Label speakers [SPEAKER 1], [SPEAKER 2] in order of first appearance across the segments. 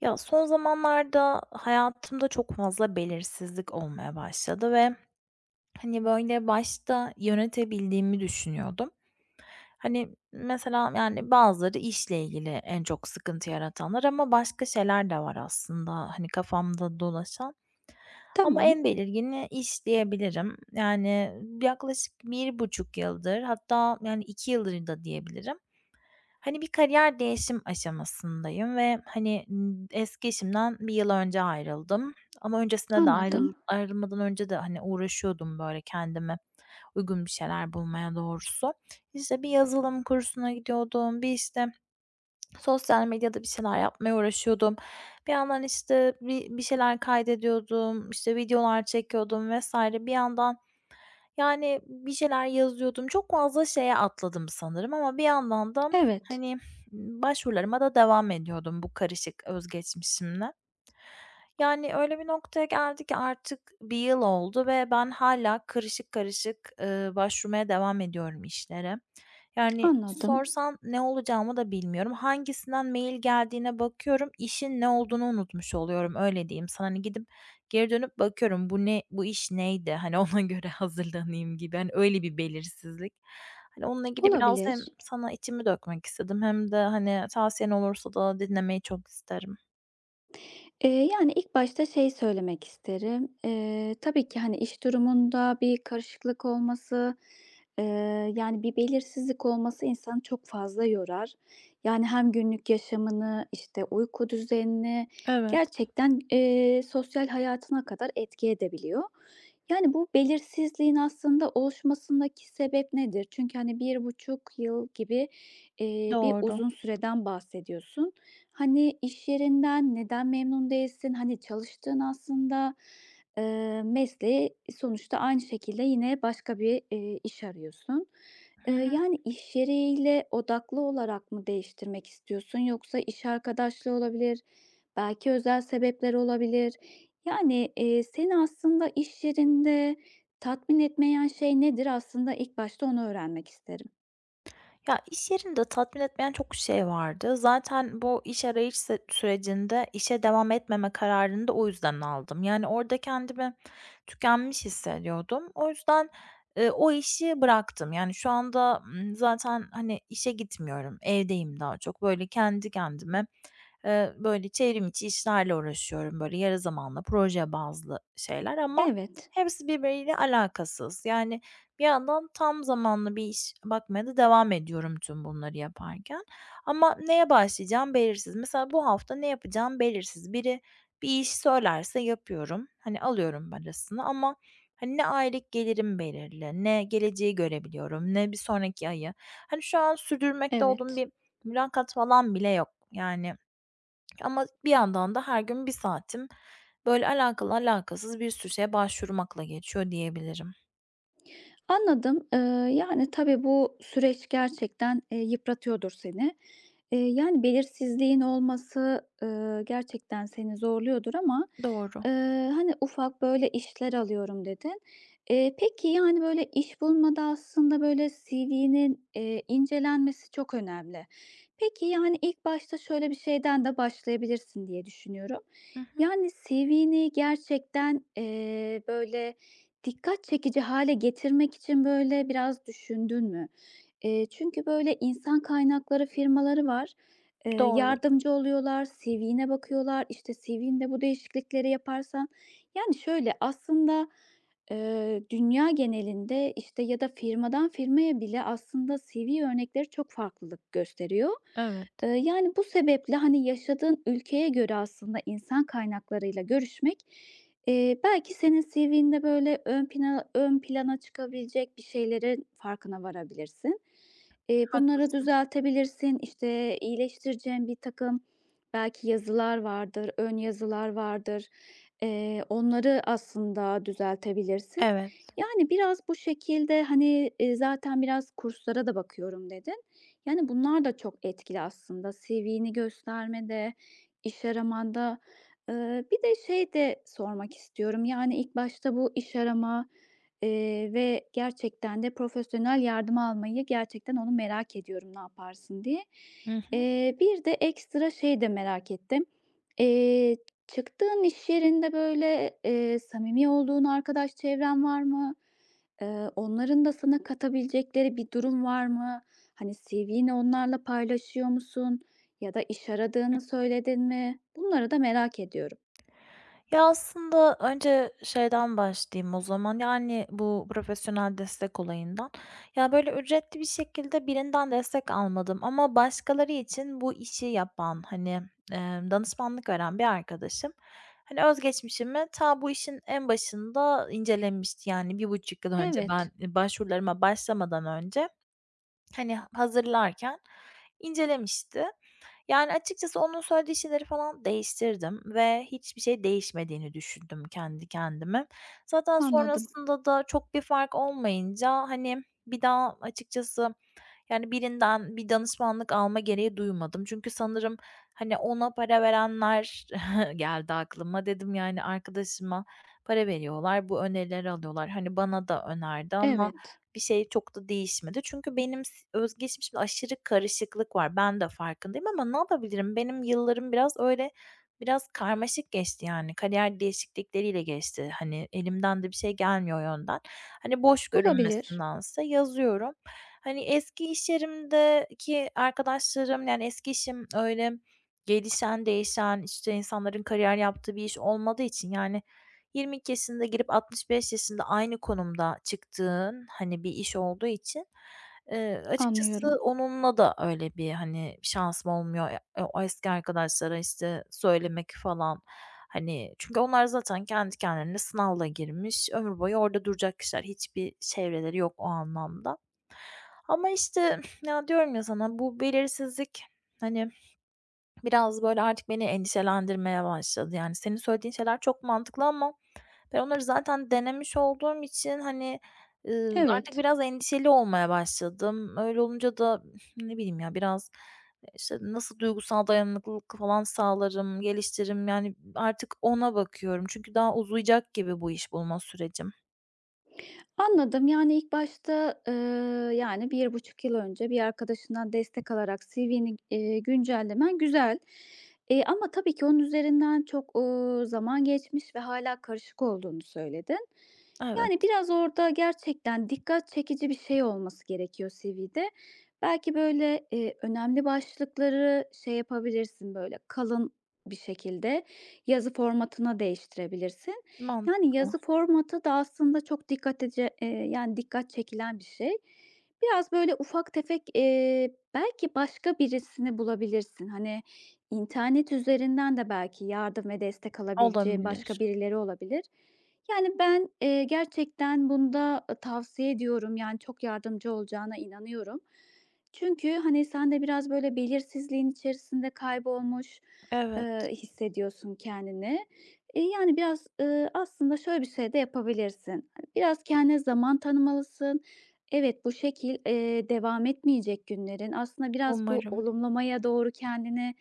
[SPEAKER 1] Ya, son zamanlarda hayatımda çok fazla belirsizlik olmaya başladı ve, başta yönetebildiğimi düşünüyordum. Mesela, bazıları işle ilgili en çok sıkıntı yaratanlar ama başka şeyler de var aslında, kafamda dolaşan. Ama
[SPEAKER 2] Tamam,
[SPEAKER 1] en belirgini iş diyebilirim. Yaklaşık bir buçuk yıldır hatta, 2 yıldır da diyebilirim. Bir kariyer değişim aşamasındayım ve, eski işimden bir yıl önce ayrıldım ama öncesinde de
[SPEAKER 2] anladım.
[SPEAKER 1] ayrılmadan önce de, uğraşıyordum, böyle, kendime uygun bir şeyler bulmaya doğrusu. İşte, bir yazılım kursuna gidiyordum, bir, işte, sosyal medyada bir şeyler yapmaya uğraşıyordum. Bir yandan, işte, bir şeyler kaydediyordum, işte, videolar çekiyordum vesaire. Bir yandan, bir şeyler yazıyordum. Çok fazla şeye atladım sanırım ama bir yandan da,
[SPEAKER 2] Evet,
[SPEAKER 1] hani, başvurularıma da devam ediyordum bu karışık özgeçmişimle. Yani, öyle bir noktaya geldi ki artık bir yıl oldu ve ben hala karışık karışık, başvurmaya devam ediyorum işlere. Yani,
[SPEAKER 2] anladım.
[SPEAKER 1] sorsan ne olacağımı da bilmiyorum. Hangisinden mail geldiğine bakıyorum, işin ne olduğunu unutmuş oluyorum, öyle diyeyim sana. Hani, gidip geri dönüp bakıyorum, bu ne, bu iş neydi? Hani, ona göre hazırlanayım gibi. Hani, öyle bir belirsizlik. Hani, onunla ilgili biraz hem
[SPEAKER 2] Olabilir.
[SPEAKER 1] sana içimi dökmek istedim hem de, tavsiyen olursa da dinlemeyi çok isterim.
[SPEAKER 2] Yani, ilk başta şey söylemek isterim. Tabii ki, hani, iş durumunda bir karışıklık olması, yani, bir belirsizlik olması insanı çok fazla yorar. Yani, hem günlük yaşamını, işte, uyku düzenini,
[SPEAKER 1] Evet.
[SPEAKER 2] gerçekten, sosyal hayatına kadar etki edebiliyor. Yani, bu belirsizliğin aslında oluşmasındaki sebep nedir? Çünkü, hani, 1,5 yıl gibi bir
[SPEAKER 1] Doğru.
[SPEAKER 2] uzun süreden bahsediyorsun. Hani iş yerinden neden memnun değilsin? Hani çalıştığın aslında, mesleği sonuçta aynı şekilde yine başka bir, iş arıyorsun.
[SPEAKER 1] Hı hı.
[SPEAKER 2] Yani iş yeriyle odaklı olarak mı değiştirmek istiyorsun yoksa iş arkadaşlığı olabilir, belki özel sebepler olabilir. Yani, seni aslında iş yerinde tatmin etmeyen şey nedir? Aslında ilk başta onu öğrenmek isterim.
[SPEAKER 1] Ya, iş yerinde tatmin etmeyen çok şey vardı. Zaten bu iş arayış sürecinde işe devam etmeme kararını da o yüzden aldım. Yani orada kendimi tükenmiş hissediyordum. O yüzden, o işi bıraktım. Yani, şu anda, zaten, işe gitmiyorum, evdeyim daha çok. Böyle, kendi kendime, böyle, çevrim içi işlerle uğraşıyorum. Böyle, yarı zamanlı, proje bazlı şeyler ama
[SPEAKER 2] Evet,
[SPEAKER 1] hepsi birbiriyle alakasız. Bir yandan tam zamanlı bir iş bakmaya da devam ediyorum tüm bunları yaparken ama neye başlayacağım belirsiz. Mesela bu hafta ne yapacağım belirsiz. Biri bir iş söylerse yapıyorum. Hani, alıyorum parasını ama, ne aylık gelirim belirli, ne geleceği görebiliyorum, ne bir sonraki ayı. Hani, şu an sürdürmekte olduğum
[SPEAKER 2] evet.
[SPEAKER 1] bir mülakat falan bile yok. Yani, ama bir yandan da her gün bir saatim böyle alakalı alakasız bir sürü şeye başvurmakla geçiyor diyebilirim.
[SPEAKER 2] Anladım. Yani, tabii bu süreç gerçekten, yıpratıyordur seni. Yani, belirsizliğin olması, gerçekten seni zorluyordur ama
[SPEAKER 1] Doğru.
[SPEAKER 2] Eee, hani, "Ufak, böyle, işler alıyorum." dedin. Peki, yani, böyle, iş bulmada aslında, böyle, CV'nin, incelenmesi çok önemli. Peki, yani, ilk başta şöyle bir şeyden de başlayabilirsin diye düşünüyorum.
[SPEAKER 1] Hı hı.
[SPEAKER 2] Yani, CV'ni gerçekten, böyle, dikkat çekici hale getirmek için, böyle, biraz düşündün mü? Çünkü, böyle, insan kaynakları firmaları var.
[SPEAKER 1] Doğru.
[SPEAKER 2] Yardımcı oluyorlar, CV'ne bakıyorlar. İşte, CV'nde bu değişiklikleri yaparsan. Yani, şöyle, aslında, dünya genelinde, işte, ya da firmadan firmaya bile aslında CV örnekleri çok farklılık gösteriyor.
[SPEAKER 1] Evet.
[SPEAKER 2] Yani, bu sebeple, hani, yaşadığın ülkeye göre aslında insan kaynaklarıyla görüşmek, belki senin CV'nde böyle ön plana çıkabilecek bir şeylerin farkına varabilirsin. Bunları
[SPEAKER 1] Haklısın.
[SPEAKER 2] düzeltebilirsin. İşte, iyileştireceğin bir takım belki yazılar vardır, ön yazılar vardır. Onları aslında düzeltebilirsin.
[SPEAKER 1] Evet.
[SPEAKER 2] Yani, biraz bu şekilde, hani, zaten biraz kurslara da bakıyorum dedin. Yani, bunlar da çok etkili aslında. CV'ni göstermede, iş aramanda. Bir de şey de sormak istiyorum, yani, ilk başta bu iş arama ve gerçekten de profesyonel yardım almayı gerçekten onu merak ediyorum, ne yaparsın diye.
[SPEAKER 1] Hı hı.
[SPEAKER 2] Bir de ekstra şey de merak ettim. Eee, Çıktığın iş yerinde, böyle, samimi olduğun arkadaş çevren var mı? Onların da sana katabilecekleri bir durum var mı? Hani, CV'ni onlarla paylaşıyor musun? Ya da iş aradığını söyledin mi? Bunları da merak ediyorum.
[SPEAKER 1] Ya, aslında önce şeyden başlayayım o zaman, bu profesyonel destek olayından. Ya, böyle, ücretli bir şekilde birinden destek almadım ama başkaları için bu işi yapan, danışmanlık veren bir arkadaşım, özgeçmişimi ta bu işin en başında incelemişti. Yani, bir buçuk yıl önce ben,
[SPEAKER 2] Evet,
[SPEAKER 1] başvurularıma başlamadan önce, hazırlarken incelemişti. Yani, açıkçası onun söylediği şeyleri falan değiştirdim ve hiçbir şey değişmediğini düşündüm kendi kendime. Zaten
[SPEAKER 2] anladım.
[SPEAKER 1] sonrasında da çok bir fark olmayınca, bir daha açıkçası, birinden bir danışmanlık alma gereği duymadım. Çünkü sanırım, ona para verenler geldi aklıma. Dedim, arkadaşıma para veriyorlar, bu önerileri alıyorlar. Hani, bana da önerdi ama
[SPEAKER 2] Evet,
[SPEAKER 1] bir şey çok da değişmedi. Çünkü benim özgeçmişimde aşırı karışıklık var. Ben de farkındayım ama ne yapabilirim? Benim yıllarım biraz öyle, biraz karmaşık geçti yani. Kariyer değişiklikleriyle geçti. Hani, elimden de bir şey gelmiyor o yönden. Hani, boş
[SPEAKER 2] olabilir.
[SPEAKER 1] görünmesindense yazıyorum. Hani, eski iş yerimdeki arkadaşlarım, eski işim öyle gelişen, değişen, işte, insanların kariyer yaptığı bir iş olmadığı için, 22 yaşında girip 65 yaşında aynı konumda çıktığın, bir iş olduğu için, açıkçası
[SPEAKER 2] Anlıyorum.
[SPEAKER 1] onunla da öyle bir, şansım olmuyor. E o eski arkadaşlara, işte, söylemek falan, çünkü onlar zaten kendi kendilerine sınavla girmiş, ömür boyu orada duracak kişiler. Hiçbir çevreleri yok o anlamda. Ama, işte, ya, diyorum ya sana, bu belirsizlik, hani, biraz, böyle, artık beni endişelendirmeye başladı. Yani, senin söylediğin şeyler çok mantıklı ama ben onları zaten denemiş olduğum için, artık
[SPEAKER 2] Evet.
[SPEAKER 1] biraz endişeli olmaya başladım. Öyle olunca da ne bileyim ya, biraz, işte, nasıl duygusal dayanıklılık falan sağlarım, geliştiririm, artık ona bakıyorum. Çünkü daha uzayacak gibi bu iş bulma sürecim.
[SPEAKER 2] Anladım. Yani, ilk başta, yani, 1,5 yıl önce bir arkadaşından destek alarak CV'ni, güncellemen güzel. Ama tabii ki onun üzerinden çok, zaman geçmiş ve hala karışık olduğunu söyledin.
[SPEAKER 1] Evet,
[SPEAKER 2] Yani, biraz orada gerçekten dikkat çekici bir şey olması gerekiyor CV'de. Belki, böyle, önemli başlıkları şey yapabilirsin, böyle, kalın bir şekilde yazı formatına değiştirebilirsin. Yani,
[SPEAKER 1] mantıklı.
[SPEAKER 2] yazı formatı da aslında çok dikkat çekilen bir şey. Biraz, böyle, ufak tefek, belki başka birisini bulabilirsin. Hani, internet üzerinden de belki yardım ve destek alabileceğin başka
[SPEAKER 1] Olabilir.
[SPEAKER 2] birileri olabilir. Yani, ben, gerçekten bunda, tavsiye ediyorum. Yani, çok yardımcı olacağına inanıyorum. Çünkü, hani, sen de biraz, böyle, belirsizliğin içerisinde kaybolmuş,
[SPEAKER 1] Evet,
[SPEAKER 2] hissediyorsun kendini. Yani, biraz, aslında şöyle bir şey de yapabilirsin. Hani, biraz kendine zaman tanımalısın. Evet, bu şekil, devam etmeyecek günlerin. Aslında biraz bu
[SPEAKER 1] umarım.
[SPEAKER 2] olumlamaya doğru kendini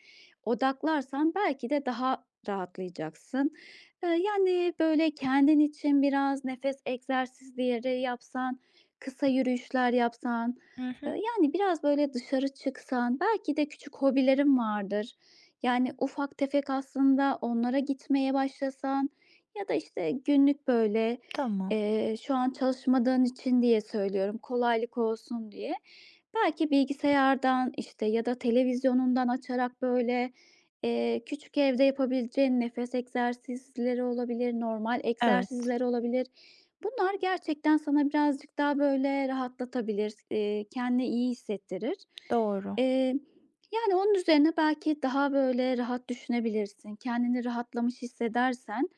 [SPEAKER 2] odaklarsan belki de daha rahatlayacaksın. Yani, böyle, kendin için biraz nefes egzersizleri yapsan, kısa yürüyüşler yapsan,
[SPEAKER 1] Hı hı,
[SPEAKER 2] yani, biraz, böyle, dışarı çıksan, belki de küçük hobilerin vardır. Yani, ufak tefek aslında onlara gitmeye başlasan ya da, işte, günlük böyle,
[SPEAKER 1] tamam.
[SPEAKER 2] şu an çalışmadığın için diye söylüyorum, kolaylık olsun diye, belki bilgisayardan, işte, ya da televizyonundan açarak böyle, küçük evde yapabileceğin nefes egzersizleri olabilir, normal
[SPEAKER 1] Evet,
[SPEAKER 2] egzersizleri olabilir. Bunlar gerçekten sana birazcık daha böyle rahatlatabilir, kendini iyi hissettirir.
[SPEAKER 1] doğru.
[SPEAKER 2] Eee yani, onun üzerine belki daha, böyle, rahat düşünebilirsin. Kendini rahatlamış hissedersen,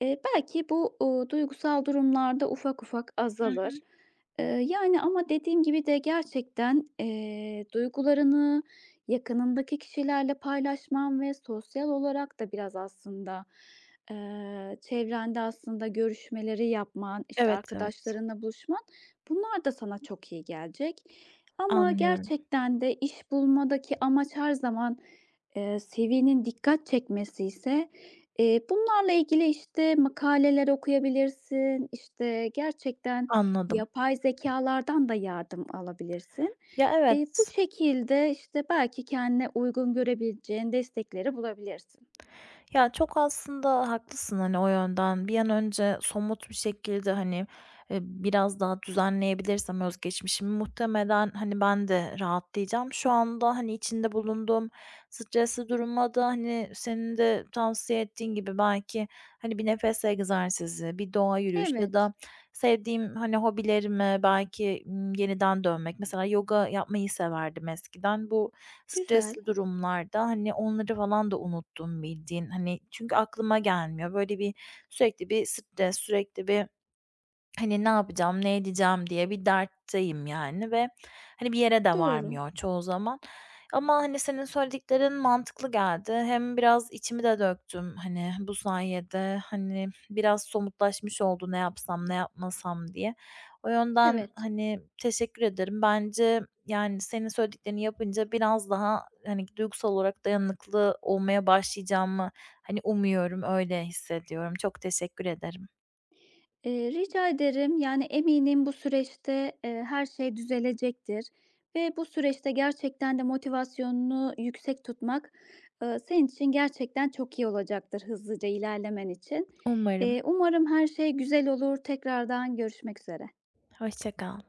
[SPEAKER 2] belki bu, duygusal durumlarda ufak ufak
[SPEAKER 1] Hı hı.
[SPEAKER 2] azalır. Yani, ama dediğim gibi de gerçekten, duygularını yakınındaki kişilerle paylaşman ve sosyal olarak da biraz aslında, çevrende aslında görüşmeleri yapman, işte,
[SPEAKER 1] Evet, evet.
[SPEAKER 2] arkadaşlarınla buluşman, bunlar da sana çok iyi gelecek. Ama
[SPEAKER 1] Anlıyorum.
[SPEAKER 2] gerçekten de iş bulmadaki amaç her zaman, CV'nin dikkat çekmesiyse, bunlarla ilgili, işte, makaleler okuyabilirsin, işte, gerçekten
[SPEAKER 1] Anladım.
[SPEAKER 2] yapay zekalardan da yardım alabilirsin.
[SPEAKER 1] Ya,
[SPEAKER 2] Bu
[SPEAKER 1] evet.
[SPEAKER 2] şekilde, işte, belki kendine uygun görebileceğin destekleri bulabilirsin.
[SPEAKER 1] Ya, çok aslında haklısın, o yönden. Bir an önce somut bir şekilde, biraz daha düzenleyebilirsem özgeçmişimi muhtemelen, ben de rahatlayacağım. Şu anda, içinde bulunduğum stresli duruma da, senin de tavsiye ettiğin gibi belki, bir nefes egzersizi, bir doğa yürüyüşü ya
[SPEAKER 2] Evet,
[SPEAKER 1] da sevdiğim, hobilerime belki, yeniden dönmek. Mesela yoga yapmayı severdim eskiden. Bu
[SPEAKER 2] güzel,
[SPEAKER 1] stresli durumlarda, onları falan da unuttum bildiğin. Hani, çünkü aklıma gelmiyor. Böyle bir sürekli bir stres, sürekli bir. Hani, ne yapacağım, ne edeceğim diye bir dertteyim yani ve, bir yere de
[SPEAKER 2] doğru.
[SPEAKER 1] varmıyor çoğu zaman. Ama, senin söylediklerin mantıklı geldi. Hem biraz içimi de döktüm, bu sayede. Hani, biraz somutlaşmış oldu ne yapsam, ne yapmasam diye. O yönden,
[SPEAKER 2] Evet.
[SPEAKER 1] teşekkür ederim. Bence, senin söylediklerini yapınca biraz daha, duygusal olarak dayanıklı olmaya başlayacağımı, umuyorum, öyle hissediyorum. Çok teşekkür ederim.
[SPEAKER 2] Rica ederim. Yani, eminim bu süreçte, her şey düzelecektir ve bu süreçte gerçekten de motivasyonunu yüksek tutmak, senin için gerçekten çok iyi olacaktır hızlıca ilerlemen için.
[SPEAKER 1] Umarım.
[SPEAKER 2] Umarım her şey güzel olur. Tekrardan görüşmek üzere.
[SPEAKER 1] Hoşça kal.